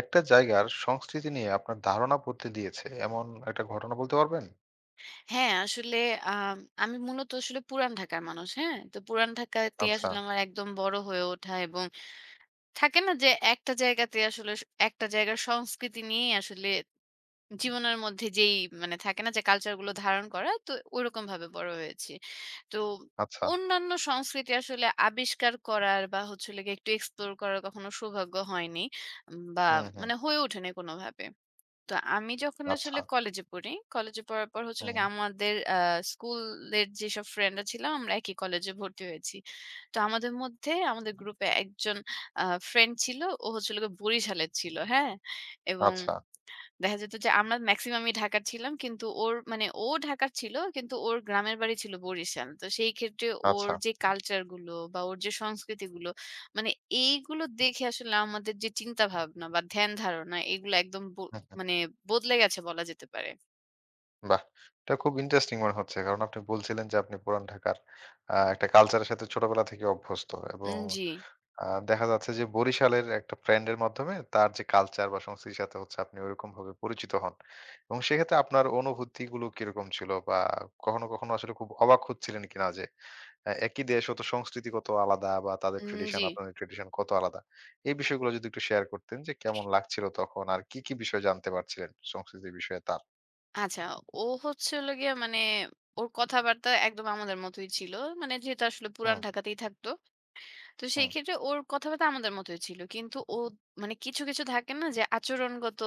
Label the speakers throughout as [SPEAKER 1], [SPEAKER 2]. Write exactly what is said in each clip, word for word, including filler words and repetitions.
[SPEAKER 1] একটা জায়গার সংস্কৃতি নিয়ে আপনার ধারণা বদলে দিয়েছে এমন একটা ঘটনা বলতে পারবেন?
[SPEAKER 2] হ্যাঁ, আসলে আম আমি মূলত আসলে পুরান ঢাকার মানুষ। হ্যাঁ? তো পুরান ঢাকাতে
[SPEAKER 1] আচ্ছা,
[SPEAKER 2] আসলে আমার একদম বড় হয়ে ওঠা এবং থাকে না যে একটা জায়গাতে আসলে স একটা জায়গার সংস্কৃতি নিয়েই আসলে জীবনের মধ্যে যেই মানে থাকে না যে কালচার গুলো ধারণ করা, তো ঐরকমভাবে বড় হয়েছি। তো
[SPEAKER 1] আচ্ছা।
[SPEAKER 2] অন্যান্য সংস্কৃতি আসলে আবিষ্কার করার বা হচ্ছে হলো গিয়ে একটু এক্সপ্লোর করার কখনো সৌভাগ্য হয়নি উম, বা
[SPEAKER 1] হুম, হুম।
[SPEAKER 2] মানে হয়ে ওঠেনি কোনোভাবে। তো আমি যখন
[SPEAKER 1] আচ্ছা।
[SPEAKER 2] আসলে কলেজে পড়ি, কলেজে পড়ার পর হচ্ছে হলো
[SPEAKER 1] হুম।
[SPEAKER 2] গিয়ে আমাদের আ স্কুলের যেসব ফ্রেন্ডরা ছিলাম আমরা একই কলেজে ভর্তি হয়েছি। তো আমাদের মধ্যে আমাদের গ্রুপে একজন আ ফ্রেন্ড ছিল। ও হচ্ছে হলো গিয়ে বরিশালের ছিল, হ্যাঁ? এবং
[SPEAKER 1] আচ্ছা,
[SPEAKER 2] দেখা যেত যে আমরা মেক্সিমামই ঢাকার ছিলাম। কিন্তু ওর মানে ও ঢাকার ছিল কিন্তু ওর গ্রামের বাড়ি ছিল বরিশাল। তো সেই ক্ষেত্রে ওর
[SPEAKER 1] আচ্ছা।
[SPEAKER 2] যে কালচার গুলো বা ওর যে সংস্কৃতিগুলো মানে এইগুলো দেখে আসলে আমাদের যে চিন্তা ভাবনা বা ধ্যান ধারণা এগুলো একদম ব
[SPEAKER 1] হুম, হুম।
[SPEAKER 2] মানে বদলে গেছে বলা যেতে পারে।
[SPEAKER 1] বাহ! এটা খুব ইন্টারেস্টিং মনে হচ্ছে। কারণ আপনি বলছিলেন যে আপনি পুরান ঢাকার আ একটা কালচারের সাথে ছোটবেলা থেকে অভ্যস্ত এবং
[SPEAKER 2] উম জি,
[SPEAKER 1] আ দেখা যাচ্ছে যে বরিশালের একটা ফ্রেন্ডের মাধ্যমে তার যে কালচার বা সংস্কৃতির সাথে হচ্ছে আপনি ওইরকমভাবে পরিচিত হন। এবং সেক্ষেত্রে আপনার অনুভূতিগুলো কিরকম ছিল বা কখনো, কখনো আসলে খুব অবাক হচ্ছিলেন কিনা যে হ্যাঁ, একই দেশ অত সংস্কৃতি কত আলাদা বা তাদের
[SPEAKER 2] উম
[SPEAKER 1] ট্রেডিশন
[SPEAKER 2] জি।
[SPEAKER 1] আপনাদের ট্রেডিশন কত আলাদা। এই বিষয়গুলো যদি একটু শেয়ার করতেন যে কেমন লাগছিল তখন আর কি, কি বিষয় জানতে পারছিলেন সংস্কৃতির বিষয়ে তার?
[SPEAKER 2] আচ্ছা, ও হচ্ছে হলো গিয়ে মানে ওর কথাবার্তা একদম আমাদের মতোই ছিল। মানে যেহেতু আসলে পুরান
[SPEAKER 1] হুম,
[SPEAKER 2] ঢাকাতেই থাকতো। তো সেই
[SPEAKER 1] হুম,
[SPEAKER 2] ক্ষেত্রে ওর কথাবার্তা আমাদের মতোই ছিল। কিন্তু ও মানে কিছু, কিছু থাকে না যে আচরণগত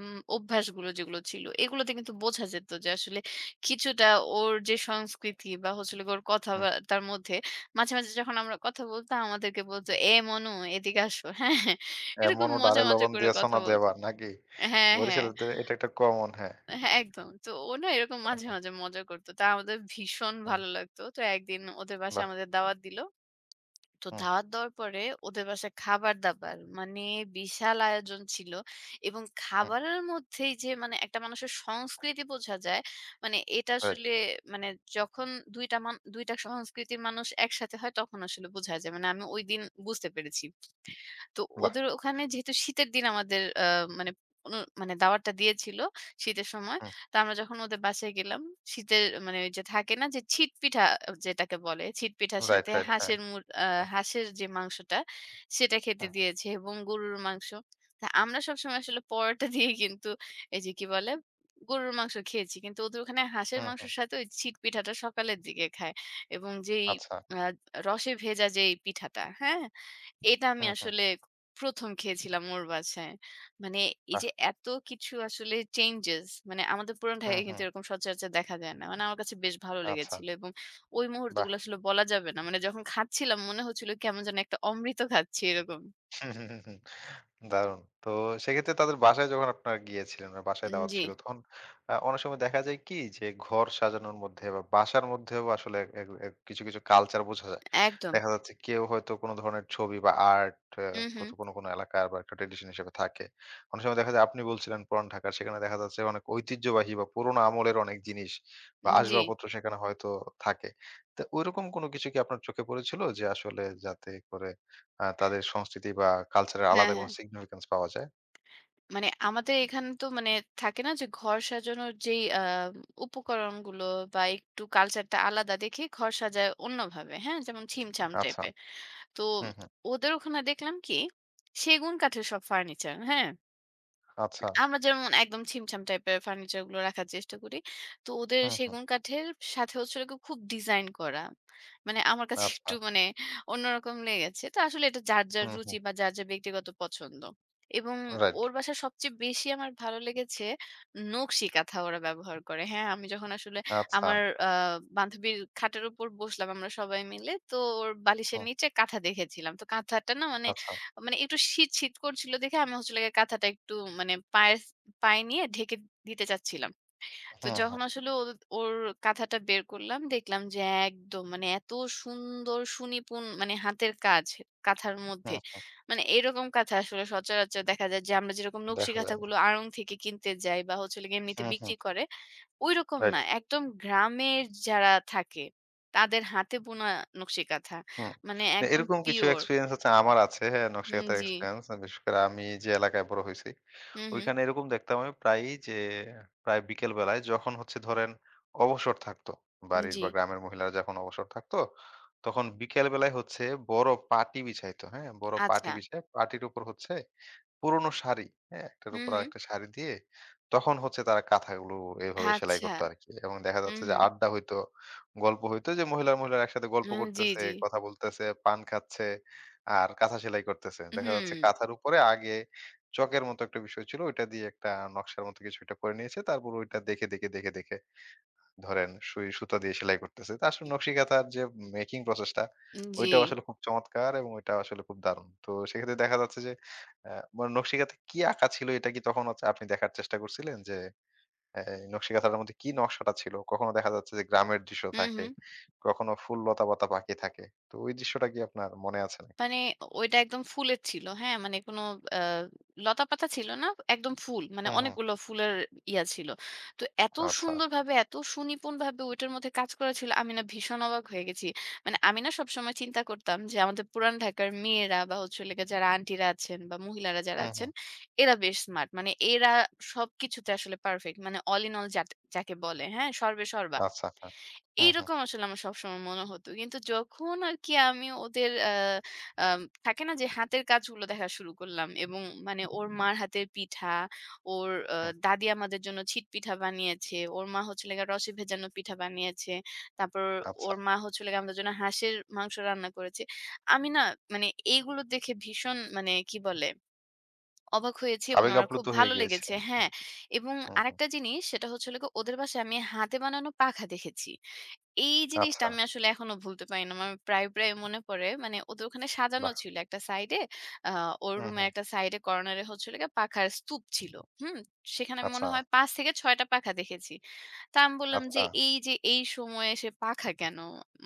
[SPEAKER 2] উম অভ্যাসগুলো যেগুলো ছিল, এগুলোতে কিন্তু বোঝা যেত যে আসলে কিছুটা ওর যে সংস্কৃতি বা হচ্ছে হলো গিয়ে ওর
[SPEAKER 1] হুম।
[SPEAKER 2] কথাবার্তার মধ্যে মাঝে, মাঝে যখন আমরা কথা বলতাম আমাদেরকে বলত, "এ মনু এদিকে আসো।" হ্যাঁ, হ্যাঁ। এরকম
[SPEAKER 1] এমনও
[SPEAKER 2] মজা,
[SPEAKER 1] ডালে
[SPEAKER 2] মজা
[SPEAKER 1] লবণ
[SPEAKER 2] করে
[SPEAKER 1] দিয়াছো
[SPEAKER 2] কথা
[SPEAKER 1] না
[SPEAKER 2] বলত।
[SPEAKER 1] দেবার নাকি?
[SPEAKER 2] হ্যাঁ, হ্যাঁ।
[SPEAKER 1] বরিশালে তো এটা একটা কমন হ্যাঁ।
[SPEAKER 2] হ্যাঁ, একদম। তো ও না এরকম মাঝে,
[SPEAKER 1] আহা!
[SPEAKER 2] মাঝে মজা করত। তা আমাদের ভীষণ
[SPEAKER 1] হুম,
[SPEAKER 2] ভালো লাগতো। তো একদিন ওদের বাসায়
[SPEAKER 1] বাহ!
[SPEAKER 2] আমাদের দাওয়াত দিল। তো
[SPEAKER 1] হুম,
[SPEAKER 2] দাওয়াত দেওয়ার পরে ওদের বাসায় খাবার-দাবার মানে বিশাল আয়োজন ছিল এবং
[SPEAKER 1] হুম,
[SPEAKER 2] খাবারের মধ্যেই যে মানে একটা মানুষের সংস্কৃতি বোঝা যায়, মানে এটা
[SPEAKER 1] রাইট,
[SPEAKER 2] আসলে মানে যখন দুই টা মান দুই টা সংস্কৃতির মানুষ একসাথে হয় তখন আসলে বোঝা যায়। মানে আমি ওইদিন বুঝতে পেরেছি। তো
[SPEAKER 1] বাহ!
[SPEAKER 2] ওদের ওখানে যেহেতু শীতের দিন আমাদের আ মানে অনু মানে দাওয়াতটা দিয়েছিল শীতের সময়।
[SPEAKER 1] হুম,
[SPEAKER 2] তো আমরা যখন ওদের বাসায় গেলাম, শীতের মানে ওই যে থাকে না যে ছিটপিঠা যেটাকে বলে, ছিটপিঠার
[SPEAKER 1] রাইট,
[SPEAKER 2] সাথে
[SPEAKER 1] রাইট। হ্যাঁ,
[SPEAKER 2] হাঁসের মুর আ
[SPEAKER 1] হুম,
[SPEAKER 2] হাঁসের যে মাংসটা সেটা খেতে
[SPEAKER 1] হুম,
[SPEAKER 2] দিয়েছে এবং গরুর মাংস। তা আমরা সবসময় আসলে পরোটা দিয়ে কিন্তু এই যে কি বলে? গরুর মাংস খেয়েছি। কিন্তু ওদের ওখানে হাঁসের
[SPEAKER 1] হুম, হুম।
[SPEAKER 2] মাংসের সাথে ওই ছিটপিঠাটা সকালের দিকে খায় এবং যেই
[SPEAKER 1] আচ্ছা।
[SPEAKER 2] আ রসে ভেজা যেই পিঠাটা, হ্যাঁ? এটা আমি
[SPEAKER 1] হুম, হুম,
[SPEAKER 2] আসলে ১ম খেয়েছিলাম ওর বাসায়। মানে এই
[SPEAKER 1] বাহ!
[SPEAKER 2] যে এত কিছু আসলে চেঞ্জেস মানে আমাদের পুরান
[SPEAKER 1] হুম,
[SPEAKER 2] ঢাকায় কিন্তু
[SPEAKER 1] হুম,
[SPEAKER 2] এরকম সচরাচর দেখা যায় না। মানে আমার কাছে বেশ ভালো
[SPEAKER 1] আচ্ছা,
[SPEAKER 2] লেগেছিল এবং ওই
[SPEAKER 1] বাহ!
[SPEAKER 2] মুহূর্তগুলো আসলে বলা যাবে না। মানে যখন খাচ্ছিলাম মনে হচ্ছিল কেমন যেন একটা অমৃত খাচ্ছি এরকম।
[SPEAKER 1] হুম, হুম, হুম, হুম। দারুণ। তো সেক্ষেত্রে তাদের বাসায় যখন আপনারা গিয়েছিলেন বা বাসায়
[SPEAKER 2] উম
[SPEAKER 1] দাওয়াত
[SPEAKER 2] জি,
[SPEAKER 1] ছিল তখন আ অনেক সময় দেখা যায় কি যে ঘর সাজানোর মধ্যে বা বাসার মধ্যেও আসলে এক এক এক কিছু, কিছু কালচার বোঝা যায়।
[SPEAKER 2] একদম।
[SPEAKER 1] দেখা যাচ্ছে কেউ হয়তো কোনো ধরনের ছবি বা আর্ট আ
[SPEAKER 2] হুম, হুম।
[SPEAKER 1] কত কোনো, কোনো এলাকার বা একটা ট্র্যাডিশন হিসেবে থাকে। অনেক সময় দেখা যায় আপনি বলছিলেন পুরান ঢাকার সেখানে দেখা যাচ্ছে অনেক ঐতিহ্যবাহী বা পুরোনো আমলের অনেক জিনিস বা
[SPEAKER 2] উম, জি।
[SPEAKER 1] আসবাবপত্র সেখানে হয়তো থাকে। তো ঐরকম কোনো কিছু কি আপনার চোখে পড়েছিল যে আসলে যাতে করে আ তাদের সংস্কৃতি বা কালচারের
[SPEAKER 2] হ্যাঁ,
[SPEAKER 1] আলাদা
[SPEAKER 2] হ্যাঁ।
[SPEAKER 1] কোনো সিগনিফিকেন্স পাওয়া যায়।
[SPEAKER 2] মানে আমাদের এখানে তো মানে থাকে না যে ঘর সাজানোর যেই আ উপকরণগুলো বা একটু কালচারটা আলাদা দেখে ঘর সাজায় অন্যভাবে। হ্যাঁ? যেমন ছিমছাম
[SPEAKER 1] আচ্ছা।
[SPEAKER 2] টাইপের। তো
[SPEAKER 1] হুম, হুম।
[SPEAKER 2] ওদের ওখানে দেখলাম কি সেগুন কাঠের সব ফার্নিচার, হ্যাঁ?
[SPEAKER 1] আচ্ছা।
[SPEAKER 2] আমরা যেমন একদম ছিমছাম টাইপের ফার্নিচার গুলো রাখার চেষ্টা করি। তো ওদের
[SPEAKER 1] হুম, হুম।
[SPEAKER 2] সেগুন কাঠের সাথে হচ্ছে হলো গিয়ে খুব ডিজাইন করা। মানে আমার কাছে
[SPEAKER 1] আচ্ছা।
[SPEAKER 2] একটু মানে অন্যরকম লেগেছে। তো আসলে এটা যার, যার
[SPEAKER 1] হুম,
[SPEAKER 2] রুচি
[SPEAKER 1] হুম।
[SPEAKER 2] বা যার, যার ব্যক্তিগত পছন্দ। এবং
[SPEAKER 1] রাইট।
[SPEAKER 2] ওর বাসায় সবচেয়ে বেশি আমার ভালো লেগেছে নকশি কাঁথা ওরা ব্যবহার করে। হ্যাঁ, আমি যখন আসলে
[SPEAKER 1] আচ্ছা।
[SPEAKER 2] আমার আ বান্ধবীর খাটের উপর বসলাম আমরা সবাই মিলে। তো ওর বালিশের
[SPEAKER 1] হুম।
[SPEAKER 2] নিচে কাঁথা দেখেছিলাম। তো কাঁথাটা না মানে
[SPEAKER 1] আচ্ছা।
[SPEAKER 2] মানে একটু শীত, শীত করছিল দেখে আমি হচ্ছিল গিয়ে কাঁথাটা একটু মানে পায়ের পায়ে নিয়ে ঢেকে দিতে চাচ্ছিলাম। তো
[SPEAKER 1] হুম,
[SPEAKER 2] যখন
[SPEAKER 1] হুম।
[SPEAKER 2] আসলে ওর ওর কাঁথাটা বের করলাম দেখলাম যে একদম মানে এত সুন্দর সুনিপুণ মানে হাতের কাজ কাঁথার মধ্যে।
[SPEAKER 1] হুম।
[SPEAKER 2] মানে এরকম কাঁথা আসলে সচরাচর দেখা যায় যে আমরা যেরকম নকশি
[SPEAKER 1] দেখা যায় না।
[SPEAKER 2] কাঁথাগুলো আড়ং থেকে কিনতে যাই বা হচ্ছে হলো গিয়ে এমনিতে
[SPEAKER 1] হুম, হুম।
[SPEAKER 2] বিক্রি করে, ঐরকম না।
[SPEAKER 1] রাইট।
[SPEAKER 2] একদম গ্রামের যারা থাকে তাদের হাতে বোনা নকশি কাঁথা।
[SPEAKER 1] হুম।
[SPEAKER 2] মানে
[SPEAKER 1] না
[SPEAKER 2] একদম
[SPEAKER 1] এরকম কিছু
[SPEAKER 2] পিওর।
[SPEAKER 1] এক্সপেরিয়েন্স হচ্ছে আমার আছে। হ্যাঁ, নকশি
[SPEAKER 2] হুম,
[SPEAKER 1] কাঁথার
[SPEAKER 2] জি।
[SPEAKER 1] এক্সপেরিয়েন্স। বিশেষ করে আমি যে এলাকায় বড় হইছি
[SPEAKER 2] হু, হু।
[SPEAKER 1] ওইখানে এরকম দেখতাম আমি প্রায়ই যে প্রায় বিকেল বেলায় যখন হচ্ছে ধরেন অবসর থাকতো
[SPEAKER 2] উম
[SPEAKER 1] বাড়ির
[SPEAKER 2] জি,
[SPEAKER 1] বা গ্রামের মহিলারা যখন অবসর থাকতো তখন বিকেল বেলায় হচ্ছে বড় পাটি বিছাইতো হ্যাঁ বড় পাটি
[SPEAKER 2] আচ্ছা।
[SPEAKER 1] বিছায় পাটির উপর হচ্ছে পুরোনো শাড়ি, হ্যাঁ? একটার
[SPEAKER 2] হুম,
[SPEAKER 1] উপর
[SPEAKER 2] হুম।
[SPEAKER 1] আরেকটা শাড়ি দিয়ে তখন হচ্ছে তারা কাঁথাগুলো এভাবে সেলাই
[SPEAKER 2] আচ্ছা।
[SPEAKER 1] করতো আরকি। এবং দেখা
[SPEAKER 2] হুম,
[SPEAKER 1] যাচ্ছে যে
[SPEAKER 2] হুম।
[SPEAKER 1] আড্ডা হইতো, গল্প হইতো যে মহিলা, মহিলারা একসাথে গল্প
[SPEAKER 2] উম জি,
[SPEAKER 1] করতেছে,
[SPEAKER 2] জি।
[SPEAKER 1] কথা বলতেছে, পান খাচ্ছে আর কাঁথা সেলাই করতেছে। দেখা যাচ্ছে
[SPEAKER 2] হুম,
[SPEAKER 1] কাঁথার উপরে আগে চকের মতো একটা বিষয় ছিল, ওইটা দিয়ে একটা নকশার মতো কিছু একটা করে নিয়েছে। তারপর ওইটা দেখে, দেখে, দেখে, দেখে ধরেন সুই সুতা দিয়ে সেলাই করতেছে। তা আসলে নকশি কাঁথার যে মেকিং প্রসেসটা
[SPEAKER 2] জি।
[SPEAKER 1] ওইটাও আসলে খুব চমৎকার এবং ওইটাও আসলে খুব দারুণ। তো সেক্ষেত্রে দেখা যাচ্ছে যে আ মানে নকশি কাঁথায় কি আঁকা ছিল এটা কি তখন হচ্ছে আপনি দেখার চেষ্টা করছিলেন? যে এ নকশি কাঁথাটার মধ্যে কি নকশাটা ছিল? কখনো দেখা যাচ্ছে যে গ্রামের দৃশ্য
[SPEAKER 2] হুম,
[SPEAKER 1] থাকে,
[SPEAKER 2] হুম।
[SPEAKER 1] কখনো ফুল লতাপাতা পাখি থাকে। তো ওই দৃশ্যটা কি আপনার মনে আছে নাকি?
[SPEAKER 2] মানে ওইটা একদম ফুলের ছিল। হ্যাঁ? মানে কোনো আ লতাপাতা ছিল না। একদম ফুল। মানে
[SPEAKER 1] হুম, হুম।
[SPEAKER 2] অনেকগুলো ফুলের ইয়া ছিল। তো এত
[SPEAKER 1] আচ্ছা।
[SPEAKER 2] সুন্দরভাবে, এত সুনিপুণভাবে ওইটার মধ্যে কাজ করা ছিল, আমি না ভীষণ অবাক হয়ে গেছি। মানে আমি না সবসময় চিন্তা করতাম যে আমাদের পুরান ঢাকার মেয়েরা বা হচ্ছে হলো গিয়ে যারা আন্টিরা আছেন বা মহিলারা যারা
[SPEAKER 1] হুম,
[SPEAKER 2] আছেন,
[SPEAKER 1] হুম।
[SPEAKER 2] এরা বেশ স্মার্ট। মানে এরা সবকিছুতে আসলে পারফেক্ট। মানে all in all যাট যাকে বলে, হ্যাঁ? সর্বে সর্বা।
[SPEAKER 1] আচ্ছা, হ্যাঁ। হুম, হুম,
[SPEAKER 2] এইরকম আসলে আমার সবসময় মনে হতো। কিন্তু যখন আরকি আমি ওদের আ আম থাকে না যে হাতের কাজগুলো দেখা শুরু করলাম এবং মানে ওর মার হাতের পিঠা, ওর আ
[SPEAKER 1] হুম।
[SPEAKER 2] দাদি আমাদের জন্য ছিটপিঠা বানিয়েছে। ওর মা হচ্ছে হলো গিয়ে রসে ভেজানো পিঠা বানিয়েছে। তারপর
[SPEAKER 1] আচ্ছা।
[SPEAKER 2] ওর মা হচ্ছে হলো গিয়ে আমাদের জন্য হাঁসের মাংস রান্না করেছে। আমি না মানে এইগুলো দেখে ভীষণ মানে কি বলে? অবাক হয়েছি এবং
[SPEAKER 1] আবেগে
[SPEAKER 2] আমার খুব
[SPEAKER 1] আপ্লুত হয়ে
[SPEAKER 2] ভালো লেগেছে,
[SPEAKER 1] গিয়েছিলেন।
[SPEAKER 2] হ্যাঁ। এবং
[SPEAKER 1] হুম, হুম।
[SPEAKER 2] আরেকটা জিনিস সেটা হচ্ছে হলো গিয়ে ওদের বাসায় আমি হাতে বানানো পাখা দেখেছি। এই জিনিসটা
[SPEAKER 1] আচ্ছা,
[SPEAKER 2] আমি আসলে এখনো ভুলতে পারি না। আমার প্রায়, প্রায় মনে পড়ে। মানে ওদের ওখানে সাজানো
[SPEAKER 1] বাহ!
[SPEAKER 2] ছিল একটা সাইডে। আ ওর
[SPEAKER 1] হুম,
[SPEAKER 2] রুমের
[SPEAKER 1] হুম।
[SPEAKER 2] একটা সাইডে কর্নারে হচ্ছিল গিয়ে পাখার স্তূপ ছিল। হুম? সেখানে আমি মনে
[SPEAKER 1] আচ্ছা,
[SPEAKER 2] হয় পাঁচ থেকে ছয় টা পাখা দেখেছি। তা আমি বললাম যে,
[SPEAKER 1] আচ্ছা।
[SPEAKER 2] "এই যে এই সময়ে এসে পাখা কেন?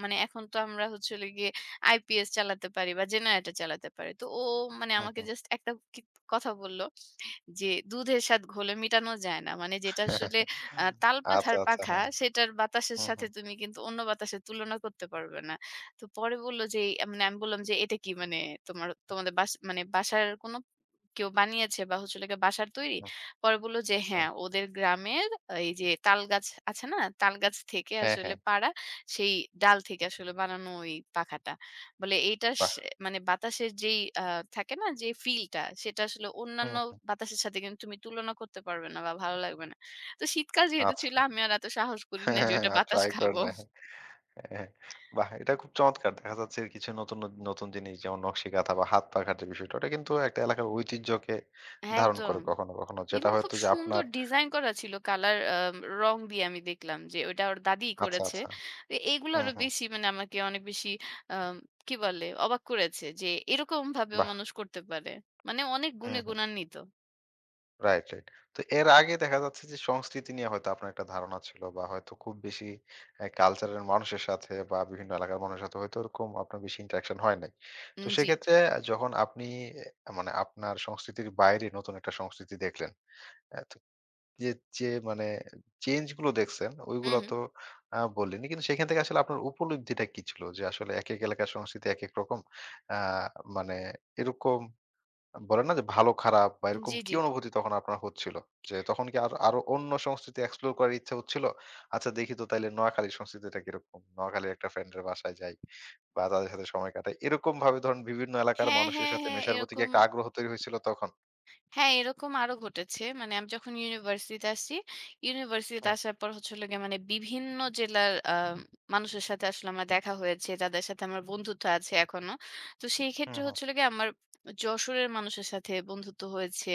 [SPEAKER 2] মানে এখন তো আমরা হচ্ছে হলো গিয়ে আইপিএস চালাতে পারি বা জেনারেটর চালাতে পারি।" তো ও মানে
[SPEAKER 1] হুম,
[SPEAKER 2] আমাকে
[SPEAKER 1] হুম।
[SPEAKER 2] জাস্ট একটা কি কথা বলল। যে দুধের স্বাদ ঘোলে মিটানো যায় না। মানে যেটা আসলে আ তালপাখার
[SPEAKER 1] আচ্ছা, আচ্ছা।
[SPEAKER 2] পাখা,
[SPEAKER 1] হ্যাঁ।
[SPEAKER 2] সেটার বাতাসের
[SPEAKER 1] হুম,
[SPEAKER 2] সাথে
[SPEAKER 1] হুম,
[SPEAKER 2] তুমি কিন্তু অন্য বাতাসের তুলনা করতে পারবে না। তো পরে বলল যে এই মানে আমি বললাম যে, "এটা কি মানে তোমার তোমাদের বাস মানে বাসার কোনো কেউ বানিয়েছে বা হচ্ছে হলো গিয়ে বাসার তৈরি?"
[SPEAKER 1] হুম,
[SPEAKER 2] পরে বলল যে,
[SPEAKER 1] হুম।
[SPEAKER 2] "হ্যাঁ, ওদের গ্রামের এই যে তাল গাছ আছে না? তাল গাছ থেকে
[SPEAKER 1] হ্যাঁ,
[SPEAKER 2] আসলে
[SPEAKER 1] হ্যাঁ।
[SPEAKER 2] পাড়া, সেই ডাল থেকে আসলে বানানো ওই পাখাটা।" বলে এইটা
[SPEAKER 1] বাহ!
[SPEAKER 2] সে মানে বাতাসের যেই আ থাকে না যে ফিলটা সেটা আসলে
[SPEAKER 1] হুম,
[SPEAKER 2] অন্যান্য
[SPEAKER 1] হুম।
[SPEAKER 2] বাতাসের সাথে কিন্তু তুমি তুলনা করতে পারবে না বা ভালো লাগবে না। তো শীতকাল যেহেতু
[SPEAKER 1] আচ্ছা।
[SPEAKER 2] ছিল আমি আর এত সাহস করি না যে
[SPEAKER 1] হ্যাঁ,
[SPEAKER 2] ওইটা
[SPEAKER 1] আর
[SPEAKER 2] বাতাস
[SPEAKER 1] ট্রাই করেন
[SPEAKER 2] খাবো।
[SPEAKER 1] নাই। হ্যাঁ, হ্যাঁ। হ্যাঁ। বাহ! এটা খুব চমৎকার। দেখা যাচ্ছে কিছু নতুন, নতুন জিনিস যেমন নকশি কাঁথা বা হাত পাখার যে বিষয়টা ওটা কিন্তু একটা এলাকার ঐতিহ্যকে ধারণ
[SPEAKER 2] একদম।
[SPEAKER 1] করে কখনো, কখনো। যেটা
[SPEAKER 2] এবং খুব
[SPEAKER 1] হয়তো যে
[SPEAKER 2] সুন্দর
[SPEAKER 1] আপনার।
[SPEAKER 2] ডিজাইন করা ছিল কালার আ রং দিয়ে আমি দেখলাম যে ওইটা ওর দাদিই
[SPEAKER 1] আচ্ছা,
[SPEAKER 2] করেছে।
[SPEAKER 1] আচ্ছা।
[SPEAKER 2] তো এইগুলো
[SPEAKER 1] হুম,
[SPEAKER 2] আরো
[SPEAKER 1] হুম।
[SPEAKER 2] বেশি মানে আমাকে অনেক বেশি আম কি বলে অবাক করেছে যে এরকম ভাবেও
[SPEAKER 1] বাহ!
[SPEAKER 2] মানুষ করতে পারে। মানে অনেক
[SPEAKER 1] হুম,
[SPEAKER 2] গুণে
[SPEAKER 1] হুম।
[SPEAKER 2] গুণান্বিত।
[SPEAKER 1] Right, right. তো এর আগে দেখা যাচ্ছে যে সংস্কৃতি নিয়ে হয়তো আপনার একটা ধারণা ছিল বা হয়তো খুব বেশি এ কালচারের মানুষের সাথে বা বিভিন্ন এলাকার মানুষের সাথে হয়তো ওরকম আপনার বেশি ইন্টারেকশন হয় নাই। তো
[SPEAKER 2] উম জি।
[SPEAKER 1] সেক্ষেত্রে যখন আপনি এ মানে আপনার সংস্কৃতির বাইরে নতুন একটা সংস্কৃতি দেখলেন, অ্যা তো যে, যে মানে চেঞ্জ গুলো দেখছেন
[SPEAKER 2] হু,
[SPEAKER 1] ওইগুলো
[SPEAKER 2] হু।
[SPEAKER 1] তো আ বললেনই। কিন্তু সেখান থেকে আসলে আপনার উপলব্ধিটা কি ছিল? যে আসলে একেক এলাকার সংস্কৃতি একেক রকম। আ মানে এরকম বলে না যে ভালো খারাপ বা এরকম
[SPEAKER 2] জি,
[SPEAKER 1] কি
[SPEAKER 2] জি।
[SPEAKER 1] অনুভূতি তখন আপনার হচ্ছিল? যে তখন কি আরো আরো অন্য সংস্কৃতি এক্সপ্লোর করার ইচ্ছা হচ্ছিল? আচ্ছা দেখি তো তাইলে নোয়াখালীর সংস্কৃতিটা কিরকম? নোয়াখালীর একটা ফ্রেন্ডের বাসায় যাই বা তাদের সাথে সময় কাটাই। এরকম ভাবে ধরেন বিভিন্ন এলাকার
[SPEAKER 2] হ্যাঁ,
[SPEAKER 1] মানুষের
[SPEAKER 2] হ্যাঁ,
[SPEAKER 1] সাথে
[SPEAKER 2] হ্যাঁ,
[SPEAKER 1] মেশার প্রতি কি
[SPEAKER 2] এরকম।
[SPEAKER 1] একটা আগ্রহ তৈরি হয়েছিল তখন?
[SPEAKER 2] হ্যাঁ, এরকম আরো ঘটেছে। মানে আমি যখন ইউনিভার্সিটিতে আসি, ইউনিভার্সিটিতে
[SPEAKER 1] হুম,
[SPEAKER 2] আসার পর হচ্ছে হলো গিয়ে মানে বিভিন্ন জেলার আ মানুষের সাথে আসলে আমার দেখা হয়েছে। যাদের সাথে আমার বন্ধুত্ব আছে এখনো। তো সেই
[SPEAKER 1] হুম,
[SPEAKER 2] ক্ষেত্রে
[SPEAKER 1] হুম।
[SPEAKER 2] হচ্ছে হলো গিয়ে আমার যশোরের মানুষের সাথে বন্ধুত্ব হয়েছে।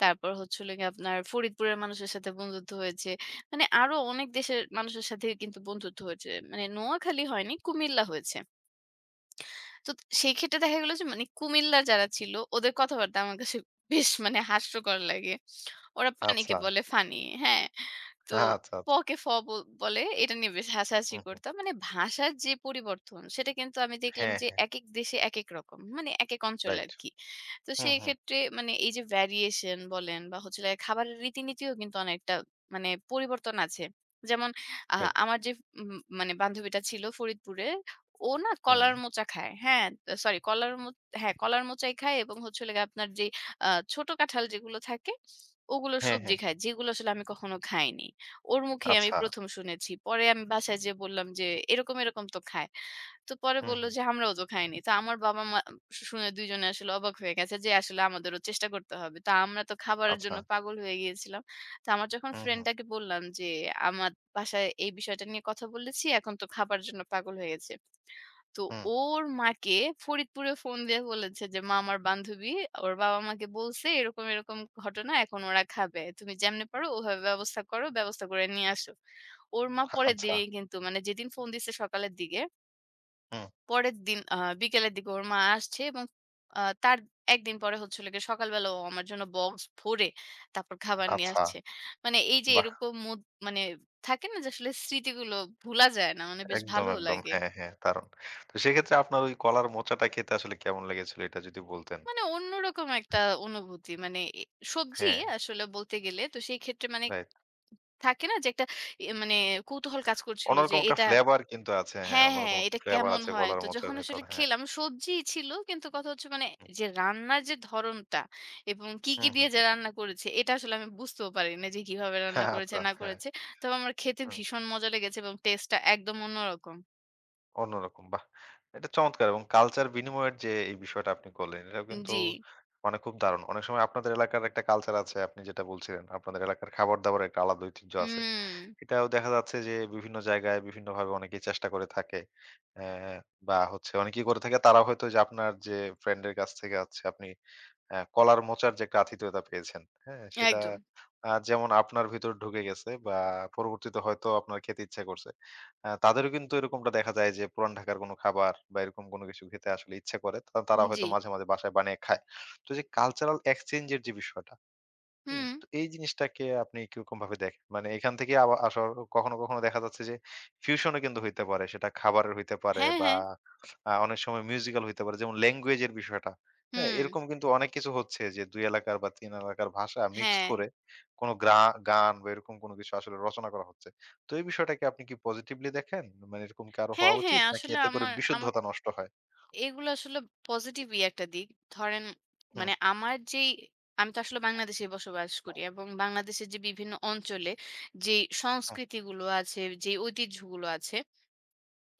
[SPEAKER 2] তারপর হচ্ছে হলো গিয়ে আপনার ফরিদপুরের মানুষের সাথে বন্ধুত্ব হয়েছে। মানে আরো অনেক দেশের মানুষের সাথে কিন্তু বন্ধুত্ব হয়েছে। মানে নোয়াখালী হয়নি, কুমিল্লা হয়েছে। তো সেই ক্ষেত্রে দেখা গেল যে মানে কুমিল্লার যারা ছিল ওদের কথাবার্তা আমার কাছে বেশ মানে হাস্যকর লাগে। ওরা পানিকে
[SPEAKER 1] আচ্ছা,
[SPEAKER 2] বলে ফানি, হ্যাঁ? তো
[SPEAKER 1] আচ্ছা, আচ্ছা।
[SPEAKER 2] পকে ফ বল বলে এটা নিয়ে বেশ হাসাহাসি
[SPEAKER 1] হুম, হুম।
[SPEAKER 2] করতাম। মানে ভাষার যে পরিবর্তন সেটা কিন্তু আমি দেখলাম
[SPEAKER 1] হ্যাঁ,
[SPEAKER 2] যে
[SPEAKER 1] হ্যাঁ।
[SPEAKER 2] একেক দেশে একেক রকম। মানে একেক অঞ্চলে
[SPEAKER 1] রাইট।
[SPEAKER 2] আরকি। তো
[SPEAKER 1] হুম,
[SPEAKER 2] সেই
[SPEAKER 1] হুম।
[SPEAKER 2] ক্ষেত্রে মানে এই যে ভেরিয়েশন বলেন বা হচ্ছে হলো খাবারের রীতিনীতিও কিন্তু অনেকটা মানে পরিবর্তন আছে। যেমন আ
[SPEAKER 1] রাইট।
[SPEAKER 2] আমার যে উম মানে বান্ধবীটা ছিল ফরিদপুরে, ও না
[SPEAKER 1] হুম।
[SPEAKER 2] কলার মোচা খায়। হ্যাঁ, সরি কলার মো হ্যাঁ, কলার মোচাই খায় এবং হচ্ছে হলো গিয়ে আপনার যে আ ছোট কাঁঠাল যেগুলো থাকে, ওগুলোর
[SPEAKER 1] হ্যাঁ,
[SPEAKER 2] সবজি
[SPEAKER 1] হ্যাঁ।
[SPEAKER 2] খায়। যেগুলো আসলে আমি কখনো খাইনি। ওর মুখে আমি
[SPEAKER 1] আচ্ছা।
[SPEAKER 2] ১ম শুনেছি। পরে আমি বাসায় যেয়ে বললাম যে, "এরকম, এরকম তো খায়।" তো পরে
[SPEAKER 1] হুম,
[SPEAKER 2] বলল
[SPEAKER 1] হুম।
[SPEAKER 2] যে, "আমরাও তো খাইনি।" তো আমার বাবা-মা শুনে দুই জনে আসলে অবাক হয়ে গেছে যে আসলে আমাদেরও চেষ্টা করতে হবে। তো আমরা তো খাবারের
[SPEAKER 1] আচ্ছা।
[SPEAKER 2] জন্য পাগল হয়ে গিয়েছিলাম। তো আমার যখন
[SPEAKER 1] হুম, হুম।
[SPEAKER 2] ফ্রেন্ডটাকে বললাম যে, "আমার বাসায় এই বিষয়টা নিয়ে কথা বলেছি। এখন তো খাবার জন্য পাগল হয়ে গেছে।" তো
[SPEAKER 1] হুম।
[SPEAKER 2] ওর মাকে ফরিদপুরে ফোন দিয়ে বলেছে যে, "মা আমার বান্ধবী ওর বাবা আমাকে বলছে এরকম, এরকম ঘটনা এখন ওরা খাবে। তুমি যেমনে পারো ওভাবে ব্যবস্থা করো, ব্যবস্থা করে নিয়ে আসো।" ওর মা পরের
[SPEAKER 1] আচ্ছা।
[SPEAKER 2] দিনেই কিন্তু মানে যেদিন ফোন দিছে সকালের দিকে,
[SPEAKER 1] হুম।
[SPEAKER 2] পরের দিন আ বিকেলের দিকে ওর মা আসছে এবং আ তার এক দিন পরে হচ্ছে হলো গিয়ে সকালবেলা ও আমার জন্য বক্স ভরে তারপর খাবার নিয়ে
[SPEAKER 1] আচ্ছা।
[SPEAKER 2] আসছে। মানে এই যে
[SPEAKER 1] বাহ!
[SPEAKER 2] এরকম মুদ মানে থাকে না যে আসলে স্মৃতিগুলো ভুলা যায় না। মানে বেশ
[SPEAKER 1] একদম,
[SPEAKER 2] ভালোও
[SPEAKER 1] একদম।
[SPEAKER 2] লাগে।
[SPEAKER 1] হ্যাঁ, হ্যাঁ, দারুণ। তো সেক্ষেত্রে আপনার ওই কলার মোচাটা খেতে আসলে কেমন লেগেছিল এটা যদি বলতেন?
[SPEAKER 2] মানে অন্যরকম একটা অনুভূতি। মানে এ সবজি
[SPEAKER 1] হ্যাঁ,
[SPEAKER 2] আসলে বলতে গেলে। তো সেই ক্ষেত্রে মানে
[SPEAKER 1] রাইট।
[SPEAKER 2] থাকে না যে একটা এ মানে কৌতূহল কাজ করছিল যে
[SPEAKER 1] অন্যরকম একটা
[SPEAKER 2] এটা
[SPEAKER 1] ফ্লেভার কিন্তু আছে। হ্যাঁ,
[SPEAKER 2] হ্যাঁ, হ্যাঁ,
[SPEAKER 1] অন্যরকম একটা
[SPEAKER 2] এটা
[SPEAKER 1] ফ্লেভার
[SPEAKER 2] কেমন
[SPEAKER 1] আছে
[SPEAKER 2] হয়?
[SPEAKER 1] কলার
[SPEAKER 2] তো
[SPEAKER 1] মোচার
[SPEAKER 2] যখন
[SPEAKER 1] ভেতর।
[SPEAKER 2] আসলে
[SPEAKER 1] হ্যাঁ।
[SPEAKER 2] খেলাম সবজি ছিল কিন্তু কথা হচ্ছে মানে
[SPEAKER 1] হুম,
[SPEAKER 2] যে রান্নার যে ধরনটা এবং কি,
[SPEAKER 1] হুম,
[SPEAKER 2] কি দিয়ে
[SPEAKER 1] হুম।
[SPEAKER 2] যে রান্না করেছে এটা আসলে আমি বুঝতেও পারি না যে কিভাবে রান্না
[SPEAKER 1] হ্যাঁ,
[SPEAKER 2] করেছে
[SPEAKER 1] আচ্ছা,
[SPEAKER 2] না
[SPEAKER 1] হ্যাঁ।
[SPEAKER 2] করেছে। তবে আমার খেতে
[SPEAKER 1] হুম,
[SPEAKER 2] ভীষণ মজা লেগেছে এবং টেস্টটা একদম অন্যরকম।
[SPEAKER 1] অন্যরকম। বাহ! এটা চমৎকার এবং কালচার বিনিময়ের যে এই বিষয়টা আপনি করলেন, এটাও কিন্তু
[SPEAKER 2] জি।
[SPEAKER 1] মানে খুব দারুণ। অনেক সময় আপনাদের এলাকার একটা কালচার আছে আপনি যেটা বলছিলেন। আপনাদের এলাকার খাবার-দাবারের একটা আলাদা ঐতিহ্য আছে।
[SPEAKER 2] হুম,
[SPEAKER 1] এটাও দেখা যাচ্ছে যে বিভিন্ন জায়গায় বিভিন্নভাবে অনেকেই চেষ্টা করে থাকে। অ্যা বা হচ্ছে অনেকেই করে থাকে তারা হয়তো যে আপনার যে ফ্রেন্ডের কাছ থেকে আছে আপনি অ্যা কলার মোচার যে একটা আতিথেয়তা পেয়েছেন, হ্যাঁ? সেটা
[SPEAKER 2] একদম।
[SPEAKER 1] আ যেমন আপনার ভিতর ঢুকে গেছে বা পরবর্তীতে হয়তো আপনার খেতে ইচ্ছা করছে। আ তাদেরও কিন্তু এরকমটা দেখা যায় যে পুরান ঢাকার কোনো খাবার বা এরকম কোনো কিছু খেতে আসলে ইচ্ছা করে। তা তারা
[SPEAKER 2] জি।
[SPEAKER 1] হয়তো মাঝে, মাঝে বাসায় বানিয়ে খায়। তো যে কালচারাল এক্সচেঞ্জ এর যে বিষয়টা হ্যাঁ,
[SPEAKER 2] হুম।
[SPEAKER 1] তো এই জিনিসটাকে আপনি কিরকম ভাবে দেখেন? মানে এখান থেকে আবা আসার কখনো, কখনো দেখা যাচ্ছে যে ফিউশন ও কিন্তু হইতে পারে। সেটা খাবারের হইতে পারে
[SPEAKER 2] হ্যাঁ,
[SPEAKER 1] বা
[SPEAKER 2] হ্যাঁ।
[SPEAKER 1] আ অনেক সময় মিউজিক্যাল হইতে পারে। যেমন ল্যাঙ্গুয়েজ এর বিষয়টা। হ্যাঁ,
[SPEAKER 2] হুম।
[SPEAKER 1] এরকম কিন্তু অনেক কিছু হচ্ছে যে দুই এলাকার বা তিন এলাকার ভাষা মিক্সড
[SPEAKER 2] হ্যাঁ।
[SPEAKER 1] করে কোন গ্রা গান বা এরকম কোন কিছু আসলে রচনা করা হচ্ছে। তো এই বিষয়টাকে আপনি কি পজিটিভলি দেখেন? মানে এরকম কি আরো হওয়া
[SPEAKER 2] হ্যাঁ, হ্যাঁ।
[SPEAKER 1] উচিত? নাকি
[SPEAKER 2] আসলে
[SPEAKER 1] এতে করে
[SPEAKER 2] আমার আমার
[SPEAKER 1] বিশুদ্ধতা নষ্ট হয়?
[SPEAKER 2] এগুলো আসলে পজিটিভই একটা দিক। ধরেন
[SPEAKER 1] হুম,
[SPEAKER 2] মানে আমার যেই আমি তো আসলে বাংলাদেশেই বসবাস করি এবং বাংলাদেশের যে বিভিন্ন অঞ্চলে যেই
[SPEAKER 1] হুম,
[SPEAKER 2] সংস্কৃতিগুলো আছে, যেই ঐতিহ্যগুলো আছে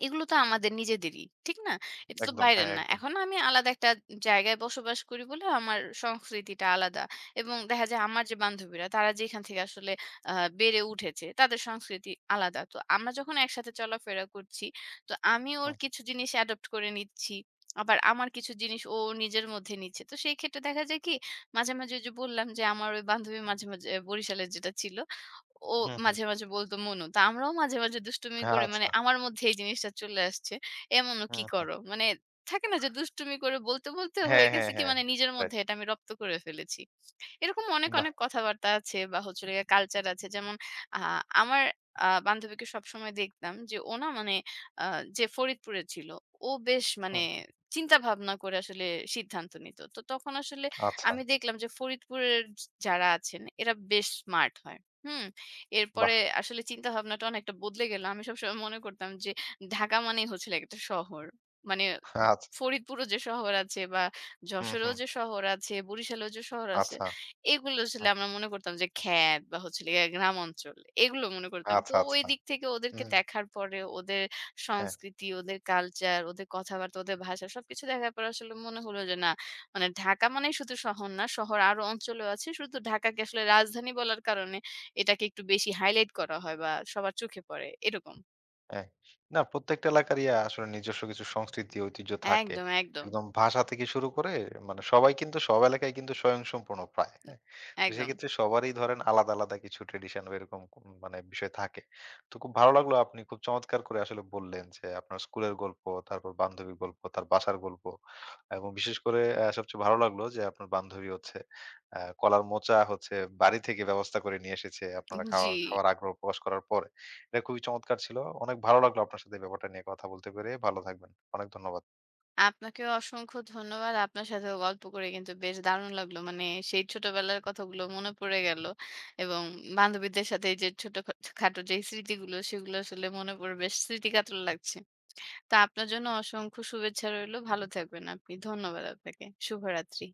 [SPEAKER 2] এগুলো তো আমাদের নিজেদেরই। ঠিক না? এটা তো
[SPEAKER 1] একদম।
[SPEAKER 2] বাইরের
[SPEAKER 1] হ্যাঁ,
[SPEAKER 2] না।
[SPEAKER 1] একদম।
[SPEAKER 2] এখন আমি আলাদা একটা জায়গায় বসবাস করি বলে আমার সংস্কৃতিটা আলাদা। এবং দেখা যায় আমার যে বান্ধবীরা তারা যেখান থেকে আসলে আ বেড়ে উঠেছে তাদের সংস্কৃতি আলাদা। তো আমরা যখন একসাথে চলাফেরা করছি তো আমি ওর
[SPEAKER 1] হুম,
[SPEAKER 2] কিছু জিনিস অ্যাডপ্ট করে নিচ্ছি। আবার আমার কিছু জিনিস ও নিজের মধ্যে নিচ্ছে। তো সেই ক্ষেত্রে দেখা যায় কি মাঝে, মাঝে ওই যে বললাম যে আমার ওই বান্ধবী মাঝে, মাঝে বরিশালের যেটা ছিল ও
[SPEAKER 1] হুম, হুম।
[SPEAKER 2] মাঝে, মাঝে বলতো মনু। তো আমরাও মাঝে, মাঝে দুষ্টুমি করে মানে
[SPEAKER 1] আচ্ছা।
[SPEAKER 2] আমার মধ্যে এই জিনিসটা চলে আসছে। "এ মনু কি
[SPEAKER 1] হুম, হুম।
[SPEAKER 2] করো?" মানে থাকে না যে দুষ্টুমি করে বলতে, বলতে হয়ে
[SPEAKER 1] হ্যাঁ,
[SPEAKER 2] গেছে
[SPEAKER 1] হ্যাঁ,
[SPEAKER 2] কি
[SPEAKER 1] হ্যাঁ।
[SPEAKER 2] মানে নিজের
[SPEAKER 1] রাইট।
[SPEAKER 2] মধ্যে এটা আমি রপ্ত করে ফেলেছি। এরকম অনেক,
[SPEAKER 1] বাহ!
[SPEAKER 2] অনেক কথাবার্তা আছে বা হচ্ছে হলো গিয়ে কালচার আছে। যেমন আ আমার আ বান্ধবীকে সবসময় দেখতাম যে ও না মানে আ যে ফরিদপুরে ছিল, ও বেশ মানে
[SPEAKER 1] হুম,
[SPEAKER 2] চিন্তা ভাবনা করে আসলে সিদ্ধান্ত নিত। তো তখন আসলে
[SPEAKER 1] আচ্ছা,
[SPEAKER 2] আমি দেখলাম যে ফরিদপুরের যারা আছেন এরা বেশ স্মার্ট হয়। হুম? এরপরে
[SPEAKER 1] বাহ!
[SPEAKER 2] আসলে চিন্তা ভাবনাটা অনেকটা বদলে গেল। আমি সবসময় মনে করতাম যে ঢাকা মানেই হচ্ছিল একটা শহর। মানে
[SPEAKER 1] আচ্ছা।
[SPEAKER 2] ফরিদপুরও যে শহর আছে বা
[SPEAKER 1] হুম,
[SPEAKER 2] যশোরেও
[SPEAKER 1] হুম।
[SPEAKER 2] যে শহর আছে, বরিশালেও যে শহর আছে,
[SPEAKER 1] আচ্ছা,
[SPEAKER 2] এগুলো আসলে
[SPEAKER 1] হুম।
[SPEAKER 2] আমরা মনে করতাম যে খ্যাত বা হচ্ছে গিয়ে গ্রাম অঞ্চল। এগুলো মনে করতাম। তো
[SPEAKER 1] আচ্ছা,
[SPEAKER 2] ওই
[SPEAKER 1] আচ্ছা।
[SPEAKER 2] দিক থেকে ওদেরকে
[SPEAKER 1] হুম,
[SPEAKER 2] দেখার পরে ওদের
[SPEAKER 1] হ্যাঁ।
[SPEAKER 2] সংস্কৃতি, ওদের কালচার, ওদের কথাবার্তা, ওদের ভাষা সবকিছু দেখার পরে আসলে মনে হলো যে না, মানে ঢাকা মানেই শুধু শহর না, শহর আরো অঞ্চলেও আছে। শুধু ঢাকাকে আসলে রাজধানী বলার কারণে এটাকে একটু বেশি হাইলাইট করা হয় বা সবার চোখে পড়ে। এরকম।
[SPEAKER 1] হ্যাঁ। না প্রত্যেকটা এলাকারই আ আসলে নিজস্ব কিছু সংস্কৃতি, ঐতিহ্য থাকে।
[SPEAKER 2] একদম, একদম,
[SPEAKER 1] একদম ভাষা থেকে শুরু করে মানে সবাই কিন্তু সব এলাকায় কিন্তু স্বয়ংসম্পূর্ণ প্রায়, হ্যাঁ? তো
[SPEAKER 2] একদম।
[SPEAKER 1] সেক্ষেত্রে সবারই ধরেন আলাদা, আলাদা কিছু ট্র্যাডিশন বা এরকম কোন মানে বিষয় থাকে। তো খুব ভালো লাগলো আপনি খুব চমৎকার করে আসলে বললেন যে আপনার স্কুলের গল্প, তারপর বান্ধবীর গল্প, তার বাসার গল্প এবং বিশেষ করে আ সবচেয়ে ভালো লাগলো যে আপনার বান্ধবী হচ্ছে আ কলার মোচা হচ্ছে বাড়ি থেকে ব্যবস্থা করে নিয়ে এসেছে। আপনারা খাওয়া
[SPEAKER 2] জি।
[SPEAKER 1] খাওয়ার আগ্রহ প্রকাশ করার পর। এটা খুবই চমৎকার ছিল। অনেক ভালো লাগলো আপনার সাথে এই ব্যাপারটা নিয়ে কথা বলতে পেরে। ভালো থাকবেন। অনেক ধন্যবাদ।
[SPEAKER 2] আপনাকেও অসংখ্য ধন্যবাদ। আপনার সাথেও গল্প করে কিন্তু বেশ দারুণ লাগলো। মানে সেই ছোটবেলার কথাগুলো মনে পড়ে গেল এবং বান্ধবীদের সাথে এই যে ছোট খা খাটো যে স্মৃতিগুলো সেগুলো আসলে মনে পড়ে বেশ স্মৃতিকাতর লাগছে। তো আপনার জন্য অসংখ্য শুভেচ্ছা রইলো। ভালো থাকবেন আপনি। ধন্যবাদ আপনাকে। শুভরাত্রি।